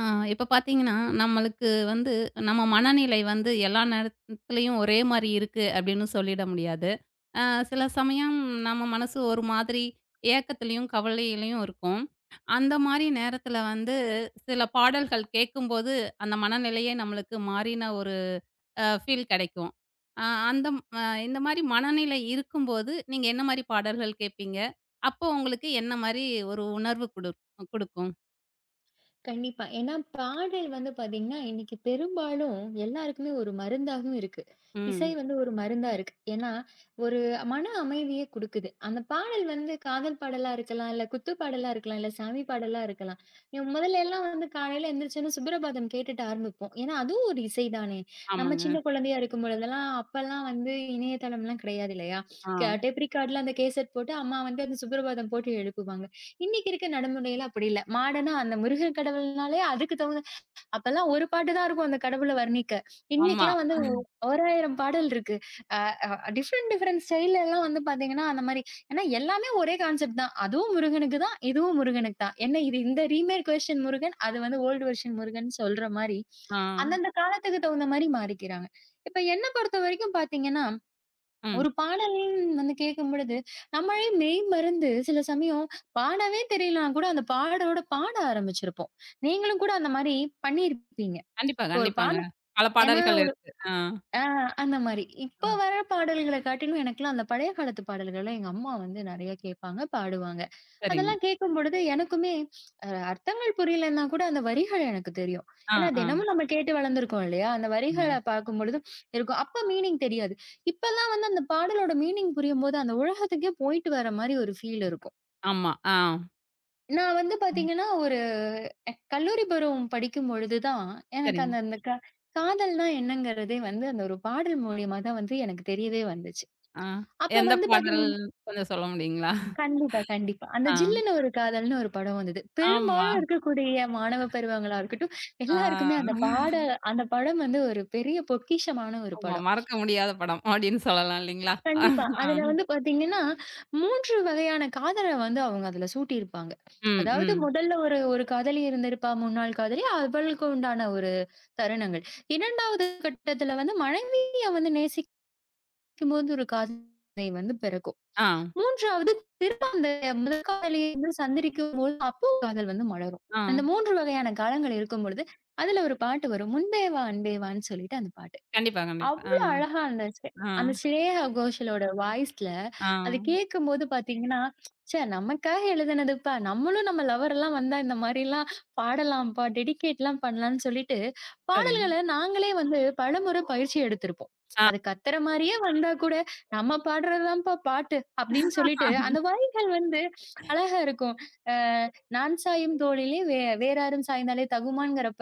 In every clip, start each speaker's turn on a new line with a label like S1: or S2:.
S1: ஆ. இப்ப பார்த்தீங்கன்னா, நம்மளுக்கு வந்து நம்ம மனநிலை வந்து எல்லா நேரத்துலயும் ஒரே மாரி இருக்கு அப்படின்னு சொல்லிட முடியாது. அ சில சமயம் நம்ம மனசு ஒரு மாதிரி ஏக்கத்திலயும், கவலையிலயும் இருக்கும். அந்த மாரி நேரத்துல வந்து சில பாடல்கள் கேட்கும்போது, அந்த மனநிலையே நம்மளுக்கு மாறின ஒரு ஃபீல் கெடைக்கும். அ அந்த அ இந்த மாரி மனநிலை இருக்கும்போது, நீங்க என்ன மாரி பாடல்கள் கேட்பீங்க? அப்போ உங்களுக்கு என்ன மாரி ஒரு உணர்வு குடுக்கும்?
S2: கண்டிப்பா. ஏன்னா பாடல் வந்து பாத்தீங்கன்னா, இன்னைக்கு பெரும்பாலும் எல்லாருக்குமே ஒரு மருந்தாகவும் இருக்கு. இசை
S1: ம்.
S2: வந்து ஒரு மருந்தா இருக்கு. ஏன்னா, ஒரு மன அமைதிய குடுக்குது. அந்த பாடல் வந்து காதல் பாடலா இருக்கலாம், இல்ல குத்து பாடலா இருக்கலாம், இல்ல சாமி பாடலா இருக்கலாம். இவ் முதல்ல எல்லாம் வந்து காலையில எந்திரிச்சோனே சுப்ரபாதம் கேட்டுட்டு ஆரம்பிப்போம். ஏன்னா, அதுவும் ஒரு இசை தானே! நம்ம
S1: ஆமாங்க.
S2: சின்ன குழந்தையா இருக்கும்பொழுதெல்லாம் அப்பல்லாம் வந்து இணையதளம்லாம் கிடையாது இல்லையா?
S1: ஆ.
S2: க டேப் ரிக்கார்ட்ல அந்த கேசட் போட்டு அம்மா வந்து அந்த சுப்ரபாதம் போட்டு எழுப்புவாங்க. இன்னைக்கு இருக்க நடைமுறையில அப்படி இல்ல. மாடனா அந்த முருகன் கடவுள்னாலே அதுக்கு தகுந்த அப்பல்லாம் ஒரு பாட்டு தான் இருக்கும் அந்த கடவுள வர்ணிக்க.
S1: ஆமா.
S2: இன்னைக்கெல்லாம் வந்து ஆமா. ஓராயிரம் பாடல் இருக்கு. அ அ டிஃபரெண்ட் டிஃபரெண்ட் ஸ்டைல்ல எல்லாம் வந்து பார்த்தீங்கன்னா, அந்த மாரி ஏன்னா எல்லாமே ஒரே கான்செப்ட் தான். அதுவும் முருகனுக்கு தான், இதுவும் முருகனுக்கு தான். என்ன இது இந்த ரீமேக் வெர்ஷன் முருகன், அது வந்து ஓல்டு வெர்ஷன் முருகன் சொல்ற மாரி,
S1: ஆ.
S2: அந்தந்த காலத்துக்கு தகுந்த மாரி மாறிக்கிறாங்க. இப்ப என்ன பொறுத்தவரைக்கும் பார்த்தீங்கன்னா
S1: ம்.
S2: ஒரு பாடல்ன்னு வந்து கேட்கும்பொழுது, நம்மளே மெய்மறந்து சில சமயம் பாடவே தெரியலனா கூட அந்த பாடலோட பாட ஆரம்பிச்சிருப்போம். நீங்களும் கூட அந்த மாரி பண்ணியிருப்பீங்க.
S1: கண்டிப்பா,
S2: இப்போ ஒரு
S1: கண்டிப்பாங்க.
S2: பாடல்
S1: பல
S2: ஏன்னா
S1: பாடல்கள் இருக்கு. ஆ.
S2: ஆ அந்த மாரி. இப்ப
S1: ம்.
S2: வர பாடல்கள காட்டிலும் எனக்கெல்லாம் அந்த பழைய காலத்து பாடல்கள்லாம் எங்க அம்மா வந்து நெறைய கேட்பாங்க, பாடுவாங்க.
S1: சரிங்க.
S2: அதெல்லாம் கேட்கும்பொழுது எனக்குமே அர்த்தங்கள் புரியலன்னா கூட அந்த வரிகள் எனக்கு தெரியும்.
S1: ஆ,
S2: ஏன்னா
S1: ஆ.
S2: தினமும் நம்ம கேட்டு வளர்ந்துருக்கோம் இல்லையா? அந்த வரிகள
S1: ம்.
S2: பார்க்கும்பொழுது இருக்கும். அப்ப மீனிங் தெரியாது. இப்பலாம் வந்து அந்த பாடலோட மீனிங் புரியும்போது அந்த உலகத்துக்கே போயிட்டு வர மாரி ஒரு ஃபீல் இருக்கும்.
S1: ஆமா. ஆ.
S2: நான் வந்து
S1: ம்.
S2: பார்த்தீங்கன்னா, ஒரு கல்லூரி பருவம் படிக்கும்பொழுது தான், எனக்கு
S1: சரிங்க.
S2: அந்த அந்த க காதல்னா என்னங்கிறதே வந்து அந்த ஒரு பாடல் மூலியமா தான் வந்து எனக்கு தெரியவே வந்துச்சு.
S1: ஆ.
S2: அப்ப
S1: எந்த
S2: வந்து
S1: பாடல் கொஞ்சம் சொல்ல முடியுங்களா?
S2: கண்டிப்பா, கண்டிப்பா. அந்த
S1: ஆ.
S2: "ஜில்லுனு ஒரு காதல்னு" ஒரு படம் வந்தது.
S1: ஆமா.
S2: பெரும்பாலும் இருக்கக்கூடிய மாணவ பருவங்களா இருக்கட்டும்,
S1: ஆ.
S2: எல்லாருக்குமே அந்த பாட அந்த படம் வந்து ஒரு பெரிய பொக்கிஷமான ஒரு
S1: ஆமா.
S2: படம்.
S1: மறக்க முடியாத படம் அப்படின்னு சொல்லலாம் இல்லைங்களா? ஆ.
S2: கண்டிப்பா. அதுல வந்து பாத்தீங்கன்னா, 3 வகையான காதல வந்து அவங்க அதுல சூட்டியிருப்பாங்க.
S1: ம்,
S2: அதாவது
S1: ம்.
S2: முதல்ல ஒரு ஒரு காதலி இருந்திருப்பா, முன்னாள் காதலி. அவளுக்கு உண்டான ஒரு தருணங்கள். 2வது கட்டத்துல வந்து மனைவிய வந்து நேசிக்கும்போது ஒரு காதலை வந்து பிறக்கும்.
S1: ஆ,
S2: 3வது திரும்ப அந்த முதல் காதலிய வந்து சந்திரிக்கும்போது, அப்போ காதல் வந்து மலரும்.
S1: ஆ.
S2: அந்த 3 வகையான காலங்கள் இருக்கும் பொழுது, அதுல ஒரு பாட்டு வரும். "முன்பே வா அன்பே வான்னு" சொல்லிட்டு அந்த பாட்டு.
S1: கண்டிப்பா, கண்டிப்பா. ஆ,
S2: அவ்ளோ அழகா இருந்துச்சு.
S1: ஆ,
S2: அந்த ஸ்ரேயா கோஷலோட வாய்ஸ்ல
S1: ஆ.
S2: அது கேட்கும்போது பார்த்தீங்கன்னா, ச்சே! நமக்காக எழுதினதுப்பா. நம்மளும் நம்ம லவர்லாம் வந்தா இந்த மாரிலாம் பாடலாம்ப்பா, டெடிகேட்லாம் பண்ணலான்னு சொல்லிட்டு,
S1: சரிங்க.
S2: பாடல்கள நாங்களே வந்து பலமுறை பயிற்சி எடுத்திருப்போம்.
S1: ஆ,
S2: அது கத்துற மாரியே வந்தா கூட, நம்ம பாடுறது தான்ப்பா பாட்டு அப்படின்னு சொல்லிட்டு, அந்த வரிகள் வந்து அழகா இருக்கும். அ நான் சாயும் தோளிலே வேறாரும் சாய்ந்தாலே தகுமான்ங்கிறப்ப,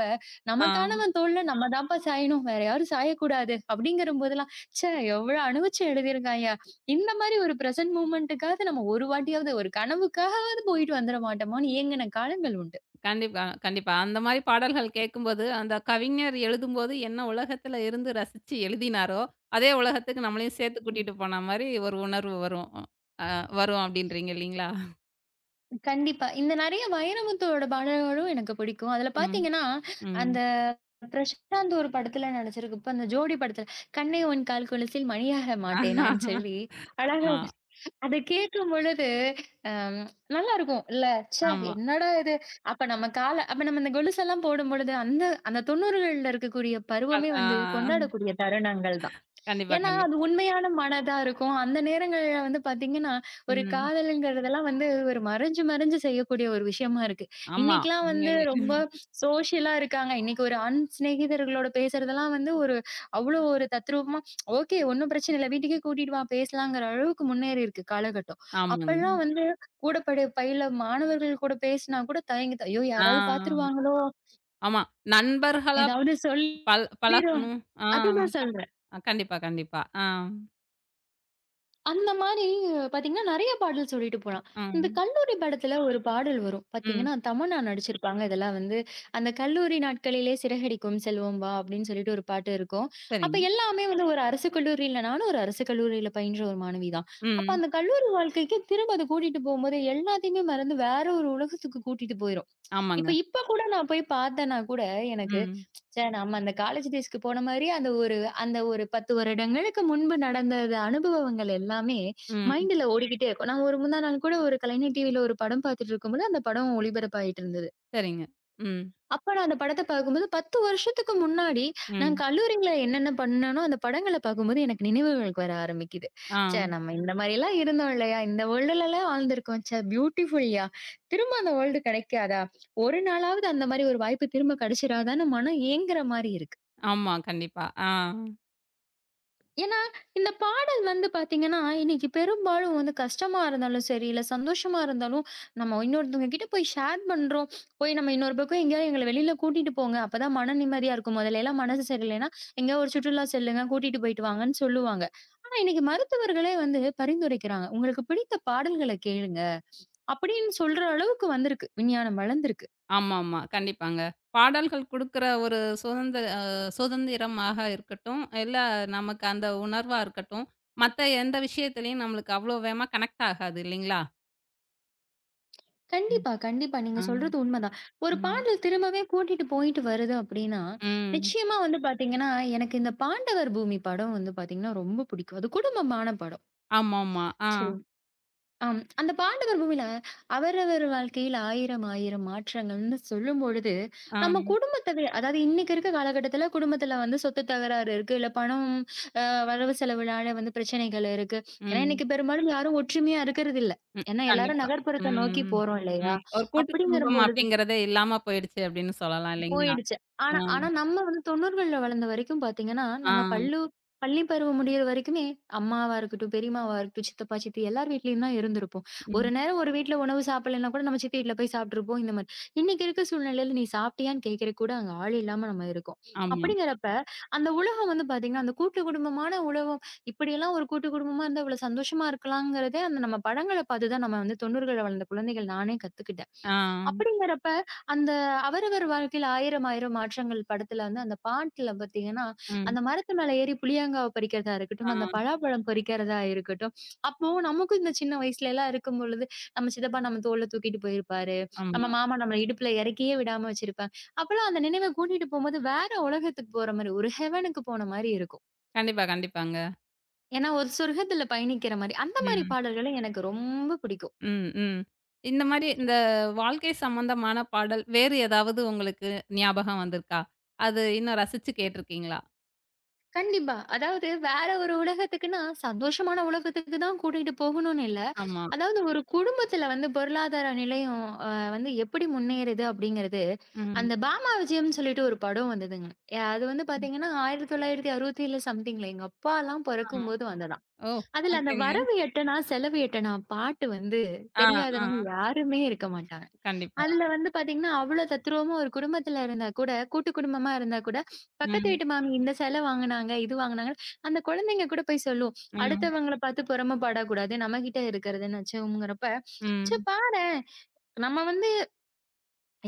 S1: ஆ.
S2: நமக்கானவன் தோள்ல நம்ம தான்ப்பா சாயணும். வேற யாரும் சாயக்கூடாது அப்படிங்கிற போதெல்லாம், ச்சே! எவ்வளோ அனுபவிச்சு எழுதியிருக்காய்யா! இந்த மாரி ஒரு பிரசன்ட் மூவ்மெண்ட்டுக்காவது நம்ம ஒரு வாட்டியாவது, ஒரு கனவுக்காகவாவது போயிட்டு வந்துர மாட்டோமான்னு ஏங்குன காலங்கள் உண்டு.
S1: கண்டிப்பா, கண்டிப்பா. அந்த மாரி பாடல்கள் கேட்கும்போது, அந்த கவிஞர் எழுதும்போது என்ன உலகத்துல இருந்து ரசிச்சு எழுதினாரோ, அதே உலகத்துக்கு நம்மளையும் சேர்த்து கூட்டிட்டு போன மாரி ஒரு உணர்வு வரும். அ வரும் அப்டின்றீங்க இல்லீங்களா?
S2: கண்டிப்பா. இந்த நெறைய வைரமுத்துவோட பாடல்களும் எனக்கு பிடிக்கும். அதுல
S1: ம்,
S2: பாத்தீங்கன்னா,
S1: ம்.
S2: அந்த பிரசாந்த் ஒரு படத்துல நடிச்சிருக்கு. இப்ப அந்த ஜோடி படத்துல, "கண்ணே உன் கால் கொலுசில் மணியாக மாட்டேனான்னு" சொல்லி அழகா
S1: ஆமா,
S2: அத கேட்கும்பொழுது, அம் நல்லாருக்கும். இல்ல, "ச்சே!
S1: ஆமா.
S2: என்னடா இது?" அப்ப நம்ம கால அப்ப நம்ம இந்த கொலுசெல்லாம் போடும்பொழுது, அந்த அந்த 90கள்ல இருக்கக்கூடிய
S1: அது
S2: பருவமே
S1: ஆ
S2: வந்து கொண்டாடக்கூடிய தருணங்கள் தான்.
S1: கண்டிப்பா,
S2: ஏன்னா, அது
S1: கண்டிப்பா.
S2: உண்மையான மனதா இருக்கும். அந்த நேரங்கள்ல வந்து பார்த்தீங்கன்னா, ஒரு
S1: ம்.
S2: காதல்ங்கிறதெல்லாம் வந்து ஒரு மறைஞ்சு, மறைஞ்சு செய்யக்கூடிய ஒரு விஷயமா இருக்கு.
S1: ஆமா.
S2: இன்னைக்கெல்லாம் வந்து
S1: உண்மையிலே.
S2: ரொம்ப சோஷியலா இருக்காங்க. இன்னைக்கு ஒரு ஆண் சிநேகிதர்களோட பேசுறதெல்லாம் வந்து ஒரு அவ்ளோ ஒரு தத்ரூபமா, ஓகே ஒண்ணும் பிரச்சனை இல்ல. வீட்டுக்கே கூட்டிட்டு வா பேசலாங்கிற அளவுக்கு முன்னேறி இருக்கு காலகட்டம்.
S1: ஆமாங்க.
S2: அப்பல்லாம் வந்து கூட படு பயில மாணவர்கள் கூட பேசினா கூட தயங்கி ஐயோ!
S1: ஆ
S2: யாராவது பார்த்துருவாங்களோ?
S1: ஆமா. நண்பர்களா
S2: ஏதாவது
S1: பழ
S2: சொல்லிருவா
S1: பழகணும். ஆ
S2: அதுதான் சொல்றேன்.
S1: ஆ, கண்டிப்பா, கண்டிப்பா. ஆ,
S2: அந்த மாரி பாத்தீங்கன்னா, நெறைய பாடல் சொல்லிட்டு போலாம். இந்த
S1: ம்,
S2: கல்லூரி படத்துல ஒரு பாடல் வரும்.
S1: ம்.
S2: பாத்தீங்கன்னா, தமன்னா நடிச்சிருப்பாங்க. இதெல்லாம் வந்து அந்த கல்லூரி நாட்களிலே சிறகடிக்கும் செல்வம் வா! அப்படின்னு சொல்லிட்டு ஒரு பாட்டு இருக்கும். அப்ப
S1: சரிங்க.
S2: எல்லாமே வந்து ஒரு அரசு கல்லூரியில நானும் ஒரு அரசு கல்லூரியில பயின்ற ஒரு மாணவி தான். அப்ப
S1: ம்.
S2: அந்த கல்லூரி வாழ்க்கைக்கு திரும்ப அத கூட்டிட்டு போம்போது, எல்லாத்தையுமே மறந்து வேற ஒரு உலகத்துக்கு கூட்டிட்டு போயிரும்.
S1: ஆமாங்க.
S2: இப்ப இப்ப கூட நான் போய் பார்த்தேன்னா கூட, எனக்கு
S1: ம்,
S2: ச்சே! நம்ம அந்த காலேஜ் டேஸ்க்கு போன மாரியே அந்த ஒரு 10 வருடங்களுக்கு முன்பு நடந்தது அனுபவங்கள் எல்லாமே
S1: ம்.
S2: மைண்டுல ஓடிக்கிட்டே இருக்கும். நான் ஒரு முந்தா நாள் கூட ஒரு கலைஞர் டிவில ஒரு படம் பார்த்துட்டு இருக்கும்போது, அந்த படம் ஒளிபரப்பாயிட்டு இருந்தது.
S1: சரிங்க. ம்.
S2: அப்ப நான் அந்த படத்த பார்க்கும்போது 10 வருஷத்துக்கு முன்னாடி, நான்
S1: ம்.
S2: கல்லூரியில என்னென்ன பண்ணேனோ அந்த படங்கள பார்க்கும்போது எனக்கு நினைவுகளுக்கு வர ஆரம்பிக்குது. ச்சே!
S1: ஆ.
S2: நம்ம இந்த மாரிலாம் இருந்தோம் இல்லையா? இந்த வேர்ல்டுலலாம் வாழ்ந்திருக்கோம். ச்சே! பியூட்டிஃபுல்யா! திரும்ப அந்த வேர்ல்டு கிடைக்காதா? ஒரு நாளாவது அந்த மாரி ஒரு வாய்ப்பு திரும்ப கிடைச்சிராதான்னு மனம் ஏங்குற மாரி இருக்கு.
S1: ஆமா. கண்டிப்பா. ஆ.
S2: ஏன்னா, இந்த பாடல் வந்து பார்த்தீங்கன்னா, இன்னைக்கு பெரும்பாலும் வந்து கஷ்டமா இருந்தாலும் சரி, இல்ல சந்தோஷமா இருந்தாலும், நம்ம இன்னொருத்தவங்க கிட்ட போய் ஷேர் பண்றோம். போய் நம்ம இன்னொரு பக்கம் எங்கேயாவது எங்கள வெளியில கூட்டிட்டு போங்க. அப்பதான் மன நிம்மதியா இருக்கும். முதலல்லாம் மனசு சரியில்லைன்னா, எங்கேயாவது ஒரு சுற்றுலா செல்லுங்க, கூட்டிட்டு போயிட்டு வாங்கன்னு சொல்லுவாங்க. ஆனா, இன்னைக்கு மருத்துவர்களே வந்து பரிந்துரைக்கிறாங்க. உங்களுக்கு பிடித்த பாடல்கள கேளுங்க. அப்படின்னு சொல்ற அளவுக்கு வந்திருக்கு. விஞ்ஞானம் வளர்ந்திருக்கு.
S1: ஆமாமா. கண்டிப்பாங்க. பாடல்கள் குடுக்குற ஒரு சுதந்திர அ சுதந்திரமாக இருக்கட்டும், இல்ல நமக்கு அந்த உணர்வா இருக்கட்டும், மத்த எந்த விஷயத்துலயும் நம்மளுக்கு அவ்ளோ வேகமா கனெக்ட் ஆகாது இல்லைங்களா? ம்.
S2: கண்டிப்பா, கண்டிப்பா. நீங்க
S1: ஆ.
S2: சொல்றது உண்மதான். ஒரு
S1: ம்.
S2: பாடல் திரும்பவே கூட்டிட்டு போயிட்டு வருது அப்டின்னா,
S1: ம்.
S2: நிச்சயமா வந்து பாத்தீங்கன்னா, எனக்கு இந்த பாண்டவர் பூமி படம் வந்து பாத்தீங்கன்னா ரொம்ப பிடிக்கும். அது குடும்பமான படம்.
S1: ஆமாமா. ஆ.
S2: சரி. ஆம். அந்த பாண்டவர் பூமியில அவரவர் வாழ்க்கையில ஆயிரம் ஆயிரம் மாற்றங்கள்னு சொல்லும்பொழுது,
S1: ஆ.
S2: நம்ம குடும்பத்தவே அதாவது இன்னைக்கு இருக்க காலகட்டத்துல குடும்பத்துல வந்து சொத்து தகராறு இருக்கு. இல்ல பணம் அ வரவு செலவுனால வந்து பிரச்சனைகள் இருக்கு. ஏன்னா
S1: ம்.
S2: இன்னைக்கு பெரும்பாலும் யாரும் ஒற்றுமையா இருக்கிறது இல்ல.
S1: ம்.
S2: ஏன்னா எல்லாரும்
S1: கண்டிப்பா.
S2: நகர்ப்புறத்த நோக்கி
S1: ம்.
S2: போறோம் இல்லையா?
S1: ம். ஒரு கூட்டு
S2: அப்படிங்கிற
S1: குடும்பம்
S2: பொழுது
S1: அப்படிங்கிறதே இல்லாம போயிடுச்சு அப்படின்னு சொல்லலாம் இல்லைங்களா?
S2: போயிடுச்சு.
S1: ஆ.
S2: ஆனா ஆனா நம்ம வந்து 90கள்ல வளர்ந்த வரைக்கும் பார்த்தீங்கன்னா,
S1: ஆ.
S2: நம்ம பள்ளி பருவம் முடியிற வரைக்குமே அம்மாவா இருக்கட்டும், பெரியம்மாவா இருக்கட்டும், சித்தப்பா, சித்தி எல்லார் வீட்லயும் தான் இருந்திருப்போம். ஒரு
S1: ம்.
S2: நேரம் ஒரு வீட்ல உணவு சாப்பிடலன்னா கூட நம்ம சித்தி வீட்ல போய் சாப்பிட்டுருப்போம் இந்த மாரி. இன்னைக்கு இருக்க சூழ்நிலையில நீ சாப்பிட்டியான்னு கேட்கறக்கு கூட அங்க ஆள் இல்லாம நம்ம இருக்கோம்.
S1: ஆமா.
S2: அப்படிங்கிறப்ப அந்த உலகம் வந்து பார்த்தீங்கன்னா, அந்த கூட்டு குடும்பமான உலகம் இப்படியெல்லாம் ஒரு கூட்டு குடும்பமா இருந்தா இவ்வளோ சந்தோஷமா இருக்கலாங்கிறதே அந்த நம்ம படங்கள பார்த்து தான் நம்ம வந்து 90கள்ல வளர்ந்த குழந்தைகள் நானே கத்துக்கிட்டேன்.
S1: ஆ.
S2: அப்படிங்கிறப்ப அந்த அவரவர் வாழ்க்கையில ஆயிரம் ஆயிரம் மாற்றங்கள் படத்துல வந்து அந்த பாட்டுல பாத்தீங்கன்னா,
S1: ம்.
S2: அந்த மரத்து மேல ஏறி புளியங்காவ பறிக்கிறதா
S1: ஆ.
S2: இருக்கட்டும், அந்த பலாப்பழம் பறிக்கிறதா இருக்கட்டும், அப்போ நமக்கும் இந்த சின்ன வயசுலலாம் இருக்கும்பொழுது, நம்ம சித்தப்பா நம்ம தோள்ல தூக்கிட்டு போயிருப்பாரு. நம்ம
S1: ஆமா.
S2: மாமா நம்மள இடுப்புல இறக்கியே விடாம வச்சிருப்பாங்க. அப்பலாம் அந்த நினைவ கூட்டிட்டு போம்போது வேற உலகத்துக்கு போற மாரி, ஒரு ஹெவனுக்கு போன மாரி இருக்கும்.
S1: கண்டிப்பா, கண்டிப்பாங்க.
S2: ஏன்னா, ஒரு சொர்க்கத்துல பயணிக்கிற மாரி. அந்த மாரி
S1: ம்.
S2: பாடல்கள் எனக்கு ரொம்ப பிடிக்கும்.
S1: ம், ம். இந்த மாரி இந்த வாழ்க்கை சம்பந்தமான பாடல் வேறு ஏதாவது உங்களுக்கு ஞாபகம் வந்திருக்கா? அது இன்னும் ரசிச்சு கேட்டிருக்கீங்களா?
S2: கண்டிப்பா. அதாவது வேற ஒரு உலகத்துக்குன்னா, சந்தோஷமான உலகத்துக்கு தான் கூட்டிட்டு போகணும்னு இல்ல.
S1: ஆமா.
S2: அதாவது ஒரு குடும்பத்துல வந்து பொருளாதார நிலையும் வந்து எப்படி முன்னேறுது அப்படிங்கிறது,
S1: ம்.
S2: அந்த பாமா விஜயம்னு சொல்லிட்டு ஒரு படம் வந்ததுங்க. அது வந்து
S1: ம்.
S2: பாத்தீங்கன்னா 1967 சம்திங்ல எங்க அப்பாலாம்
S1: ஆமா.
S2: பொறக்கும்போது வந்ததாம்.
S1: ஓ!
S2: அதுல அந்த
S1: ஓகேங்க.
S2: "வரவு எட்டனா, செலவு எட்டனா" பாட்டு வந்து
S1: ஆ, ஆ.
S2: தெரியாதவங்க யாருமே இருக்க மாட்டாங்க.
S1: கண்டிப்பா.
S2: அதுல வந்து பாத்தீங்கன்னா, அவ்ளோ தத்ரூவமா ஒரு குடும்பத்துல இருந்தா கூட, கூட்டு குடும்பமா இருந்தா கூட, பக்கத்து
S1: ம்,
S2: வீட்டு மாமி இந்த சேலை வாங்குனாங்க, இது வாங்குனாங்க. அந்த குழந்தைங்க கூட போய் சொல்லும்.
S1: ம்,
S2: அடுத்தவங்கள பாத்து பொறாம படக்கூடாது. நம்மகிட்ட இருக்கிறதுன்னு வச்சுங்கிறப்ப, "ச்சே
S1: ம்.
S2: பாரேன்! நம்ம வந்து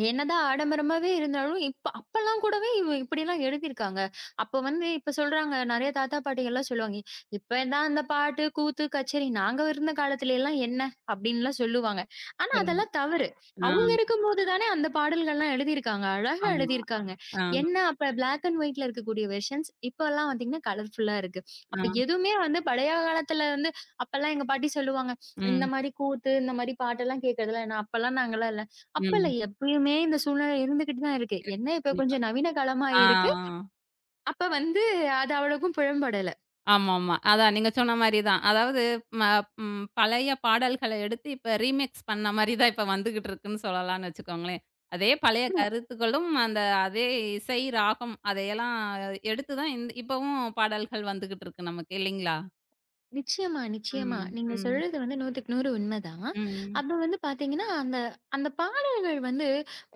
S2: என்னதான் ஆடம்பரமாவே இருந்தாலும், இப்ப அப்பல்லாம் கூடவே இவ இப்படிலாம் எழுதியிருக்காங்க. அப்ப வந்து இப்ப சொல்றாங்க நெறைய தாத்தா பாட்டிகள்லாம் சொல்லுவாங்க, "இப்ப தான் அந்த பாட்டு, கூத்து, கச்சேரி நாங்க இருந்த காலத்துலலாம் என்ன?" அப்படின்லாம் சொல்லுவாங்க. ஆனா
S1: சரிங்க.
S2: அதெல்லாம் தவறு.
S1: ஆ,
S2: அவங்க இருக்கும்போது தானே அந்த பாடல்கள்லாம் எழுதியிருக்காங்க. அழகா
S1: ஆமா.
S2: எழுதியிருக்காங்க.
S1: ஆ,
S2: என்ன அப்ப பிளாக் அண்ட் ஒயிட்ல இருக்கக்கூடிய வெர்ஷன்ஸ், இப்பல்லாம் பார்த்தீங்கன்னா கலர்ஃபுல்லா இருக்கு. அப்ப
S1: ஆ.
S2: எதுவுமே வந்து பழைய காலத்துல வந்து அப்பல்லாம் எங்க பாட்டி சொல்லுவாங்க, "இந்த
S1: ம்,
S2: மாரி கூத்து, இந்த மாரி பாட்டெல்லாம் கேட்கறதுலாம் என்ன? அப்பல்லாம் நாங்கலாம் இல்ல." அப்ப இல்ல.
S1: ம்.
S2: எப்பயுமே இந்த சூழ்நிலை இருந்துகிட்டு தான் இருக்கு.
S1: இருக்கு.
S2: என்ன இப்ப
S1: கண்டிப்பா.
S2: கொஞ்சம் நவீன காலமா
S1: ஆ.
S2: இருக்கு. அப்ப வந்து அது அவ்வளவுக்கும் புலம்படல.
S1: ஆமாமா. அதான் நீங்க சொன்ன மாரி தான். அதாவது ம ம் பழைய பாடல்கள எடுத்து இப்ப ரீமிக்ஸ் பண்ண மாரி தான் இப்ப வந்துகிட்டு இருக்குன்னு சொல்லலாம்ன்னு வச்சுக்கோங்களேன். அதே பழைய
S2: ம்.
S1: கருத்துக்களும், அந்த அதே இசை, ராகம் அதையெல்லாம் எடுத்து தான் இப்பவும் பாடல்கள் வந்துகிட்டு இருக்கு நமக்கு இல்லைங்களா?
S2: நிச்சயமா, நிச்சயமா.
S1: ம்,
S2: நீங்க
S1: ம்,
S2: சொல்றது வந்து 100க்கு 100 உண்மதான்.
S1: ம்,
S2: அப்ப வந்து பார்த்தீங்கன்னா, அந்த அந்த பாடல்கள் வந்து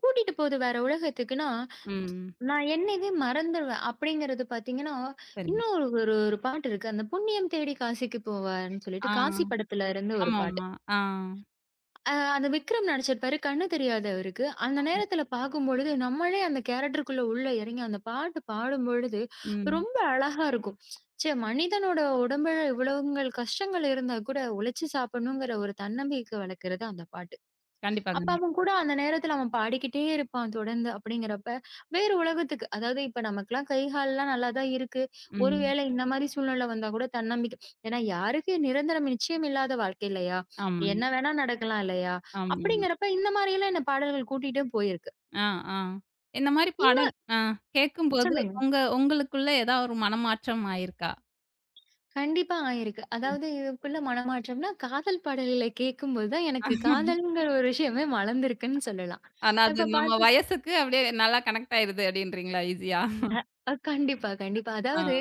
S2: கூட்டிட்டு போது வேற உலகத்துக்குன்னா,
S1: ம்.
S2: நான் என்னையவே மறந்துருவேன். அப்படிங்கிறது பார்த்தீங்கன்னா,
S1: சரிங்க.
S2: இன்னும் ஒரு ஒரு ஒரு பாட்டு இருக்கு. அந்த புண்ணியம் தேடி காசிக்கு போவார்ன்னு சொல்லிட்டு,
S1: ஆ.
S2: காசி படத்துல இருந்து ஒரு பாட்டு.
S1: ஆமாமா. ஆ.
S2: அந்த விக்ரம் நடிச்சிருப்பாரு. கண்ணு தெரியாது அவருக்கு. அந்த நேரத்தில பார்க்கும்பொழுது, நம்மளே அந்த கேரக்டருக்குள்ள உள்ள இறங்கி அந்த பாட்டு பாடும்பொழுது,
S1: ம்.
S2: ரொம்ப அழகா இருக்கும். ச்சே! மனிதனோட உடம்புல இவ்வளவுங்கள் கஷ்டங்கள் இருந்தா கூட, உழைச்சு சாப்பிடணுங்கிற ஒரு தன்னம்பிக்கை வளர்க்கிறது அந்த பாட்டு.
S1: கண்டிப்பாங்க.
S2: அப்ப அவன் கூட அந்த நேரத்துல அவன் பாடிக்கிட்டே இருப்பான் தொடர்ந்து அப்படிங்கிறப்ப, வேறு உலகத்துக்கு அதாவது இப்ப நமக்கெல்லாம் கை, கால்லாம் நல்லா தான் இருக்கு.
S1: ம்.
S2: ஒருவேளை இந்த மாரி சூழ்நிலை வந்தா கூட தன்னம்பிக்கை ஏன்னா யாருக்கு நிரந்தரம் நிச்சயம் இல்லாத வாழ்க்கை இல்லையா?
S1: ஆமாங்க.
S2: என்ன வேணா நடக்கலாம் இல்லையா?
S1: ஆமா.
S2: அப்படிங்கிறப்ப இந்த மாரியெல்லாம் என்ன பாடல்கள் கூட்டிட்டே போயிருக்கு.
S1: ஆ, ஆ. இந்த மாரி
S2: இந்த
S1: பாடல் ஆ கேட்கும்போது,
S2: சொல்லுங்க.
S1: உங்களுக்குள்ள ஏதாவது ஒரு மனமாற்றம் ஆயிருக்கா?
S2: கண்டிப்பா ஆயிருக்கு.
S1: ம்.
S2: அதாவது இதுக்குள்ள மனமாற்றம்னா, காதல் பாடல்களை கேட்கும்போது தான் எனக்கு காதல்ங்கிற ஒரு விஷயமே மலர்ந்திருக்குன்னு சொல்லலாம்.
S1: ஆனா அது
S2: இப்ப
S1: நம்ம
S2: பாத்
S1: வயசுக்கு அப்படியே நல்லா கனெக்ட் ஆயிருது அப்படின்றீங்களா ஈஸியா?
S2: அ அ கண்டிப்பா, கண்டிப்பா.
S1: ஆ,
S2: அதாவது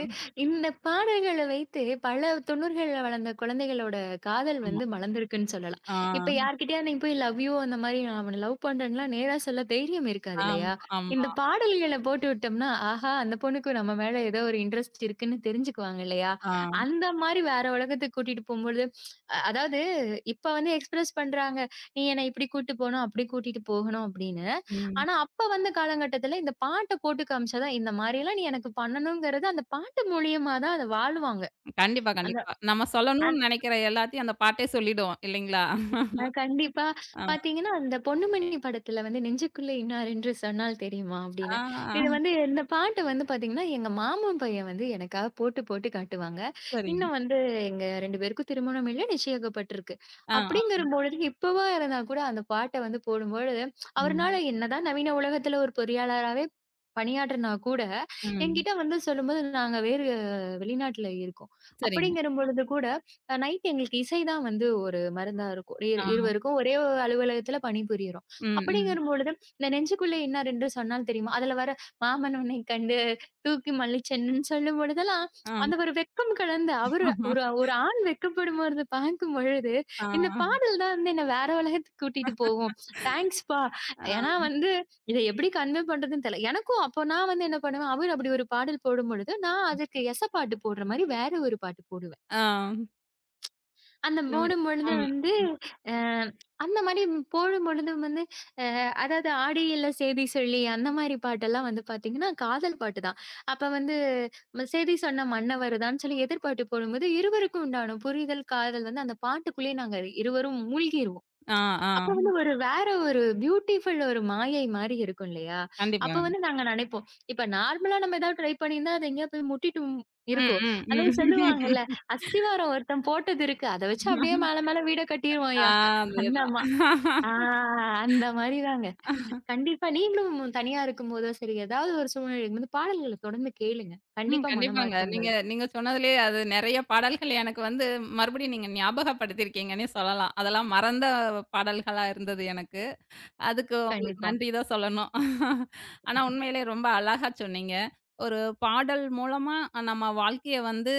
S2: இந்த பாடல்கள வைத்து பல 90கள்ல வளர்ந்த குழந்தைகளோட காதல்
S1: ஆமா.
S2: வந்து மலர்ந்திருக்குன்னு சொல்லலாம்.
S1: ஆ,
S2: இப்ப யார்கிட்டயாவது நீங்க போய் லவ் யூ அந்த மாரி நான் அவன லவ் பண்றேன்லாம் நேரா சொல்ல தைரியம் இருக்காது இல்லையா?
S1: ஆமா, ஆமா.
S2: இந்த பாடல்கள போட்டு விட்டோம்னா, ஆஹா! அந்த பொண்ணுக்கு நம்ம மேல ஏதோ ஒரு இன்ட்ரெஸ்ட் இருக்குன்னு தெரிஞ்சுக்குவாங்க இல்லையா?
S1: ஆ,
S2: அந்த மாரி வேற உலகத்துக்கு கூட்டிட்டு போம்பொழுது, அதாவது இப்ப வந்து எக்ஸ்பிரஸ் பண்றாங்க. நீ என்ன இப்படி கூட்டு போணும், அப்படி கூட்டிட்டு போகணும் அப்படின்னு.
S1: ம்.
S2: ஆனா, அப்ப வந்த காலகட்டத்துல இந்த பாட்ட போட்டு காமிச்சா தான், இந்த மாரியெல்லாம் நீ எனக்கு பண்ணணுங்கிறது அந்த பாட்டு மூலியமா தான் அத வாழ்வாங்க.
S1: கண்டிப்பா,
S2: அந்த
S1: கண்டிப்பா. நம்ம சொல்லணும்னு நெனைக்கிற எல்லாத்தையும் அந்த பாட்டே சொல்லிடும் இல்லைங்களா?
S2: அ கண்டிப்பா.
S1: ஆ,
S2: பாத்தீங்கன்னா, அந்த பொன்னிமணி படத்துல வந்து "நெஞ்சுக்குள்ளே இன்னார் என்று சொன்னால் தெரியுமா?" அப்படின்னு.
S1: ஆ,
S2: இது வந்து இந்த பாட்டு வந்து பாத்தீங்கன்னா, எங்க மாமன் பையன் வந்து எனக்காக போட்டு போட்டு காட்டுவாங்க.
S1: சரிங்க.
S2: இன்னும் வந்து எங்க 2 பேருக்கும் திருமணம் இல்ல, நிச்சயிக்கப்பட்டிருக்கு.
S1: ஆ, ஆ.
S2: அப்படிங்கிறபொழுது இப்பவா இருந்தா கூட அந்த பாட்ட வந்து போடும்பொழுது,
S1: ம்,
S2: அவருனால என்னதான் நவீன உலகத்துல ஒரு பொறியாளராவே பணியாற்றினா கூட,
S1: ம்.
S2: என்கிட்ட வந்து சொல்லும்போது, நாங்க வேறு வெளிநாட்டுல இருக்கோம்.
S1: சரிங்க.
S2: அப்படிங்கிறபொழுது கூட நைட் எங்களுக்கு இசை தான் வந்து ஒரு மருந்தா இருக்கும்.
S1: ஆ,
S2: இருவருக்கும் ஒரே ஒரு அலுவலகத்துல பணிபுரியிறோம்.
S1: ம், ம்.
S2: அப்படிங்கிறபொழுது, இந்த நெஞ்சுக்குள்ளே என்ன 2 சொன்னால் தெரியுமா? அதுல வர "மாமன் உன்னைக் கண்டு தூக்கி மல்லிச்சென்னுன்னு" சொல்லும் பொழுதெல்லாம்,
S1: ஆ,
S2: அந்த ஒரு வெட்கம் கலந்த அவரு ஒரு ஒரு ஆண் வெட்கப்படும்போது பார்க்கும் பொழுது,
S1: ஆ,
S2: இந்த பாடல் தான் வந்து என்ன வேற உலகத்துக்கு கூட்டிட்டு போகும். தேங்க்ஸ்ப்பா.
S1: ஆ.
S2: ஏன்னா வந்து இத எப்படி கன்வே பண்றதுன்னு தெரியல. எனக்கும் அப்போ நான் வந்து என்ன பண்ணுவேன், அவர் அப்படி ஒரு பாடல் போடும்பொழுது, நான் அதுக்கு எச பாட்டு போடுற மாரி வேற ஒரு பாட்டு போடுவேன்.
S1: ஆ,
S2: அந்த
S1: இந்த மாரி.
S2: போடும்பொழுது
S1: ம்.
S2: வந்து அ அந்த மாரி போடும்பொழுது வந்து அ அதாவது ஆடியில சேதி சொல்லி அந்த மாரி பாட்டெல்லாம் வந்து பார்த்தீங்கன்னா, காதல் பாட்டு தான். அப்ப வந்து "சேதி சொன்ன மன்னவருதான்" சொல்லி எதிர்பாட்டு போடும்போது, இருவருக்கும் உண்டான புரிதல், காதல் வந்து அந்த பாட்டுக்குள்ளேயே நாங்க இருவரும் மூழ்கிருவோம்.
S1: ஆ, ஆ.
S2: அப்ப வந்து ஒரு வேற ஒரு பியூட்டிஃபுல் ஒரு மாயை மாரி இருக்கும் இல்லையா? அப்ப
S1: கண்டிப்பா.
S2: வந்து நாங்க நெனைப்போம். இப்ப நார்மலா நம்ம ஏதாவது ட்ரை பண்ணியிருந்தா, அது எங்கேயோ போய் முட்டிட்டும் இருக்கும்.
S1: ம், ம்,
S2: அதுவும்
S1: ம்.
S2: சொல்லுவாங்கல்ல, "அஸ்திவாரம் ஒருத்தன் போட்டது இருக்கு. அத வச்சு அப்படியே மேல மேல வீட
S1: ஆ
S2: கட்டிருவான்யா." அந்த
S1: அதேதான்.
S2: மா ஆ அந்த மாரி தாங்க. கண்டிப்பா நீங்களும் தனியா இருக்கும்போதோ சரி, ஏதாவது ஒரு சூழ்நிலை இருக்கும்போது பாடல்கள தொடர்ந்து கேளுங்க.
S1: ம்.
S2: கண்டிப்பா
S1: கண்டிப்பாங்க.
S2: மனமாற்றம்
S1: நீங்க
S2: வரும்.
S1: நீங்க சொன்னதுலயே அது நெறைய பாடல்கள் எனக்கு வந்து மறுபடியும் நீங்க ஞாபகப்படுத்தியிருக்கீங்கன்னே சொல்லலாம். அதெல்லாம் மறந்த பாடல்களா இருந்தது எனக்கு. அதுக்கு உங்களுக்கு
S2: கண்டிப்பா.
S1: நன்றி தான் சொல்லணும். ஆனா உண்மையிலே ரொம்ப அழகா சொன்னீங்க. ஒரு பாடல் மூலமா நம்ம வாழ்க்கைய வந்து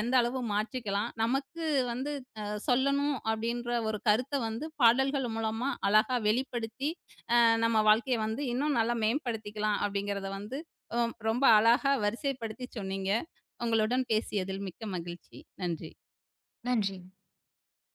S1: எந்த அளவு மாற்றிக்கலாம். நமக்கு வந்து சொல்லணும் அப்படின்ற ஒரு கருத்த வந்து பாடல்கள் மூலமா அழகா வெளிப்படுத்தி, அ நம்ம வாழ்க்கைய வந்து இன்னும் நல்லா மேம்படுத்திக்கலாம் அப்படிங்கிறத வந்து அ ரொம்ப அழகா வரிசைப்படுத்தி சொன்னீங்க. உங்களுடன் பேசியதில் மிக்க மகிழ்ச்சி. நன்றி.
S2: நன்றி.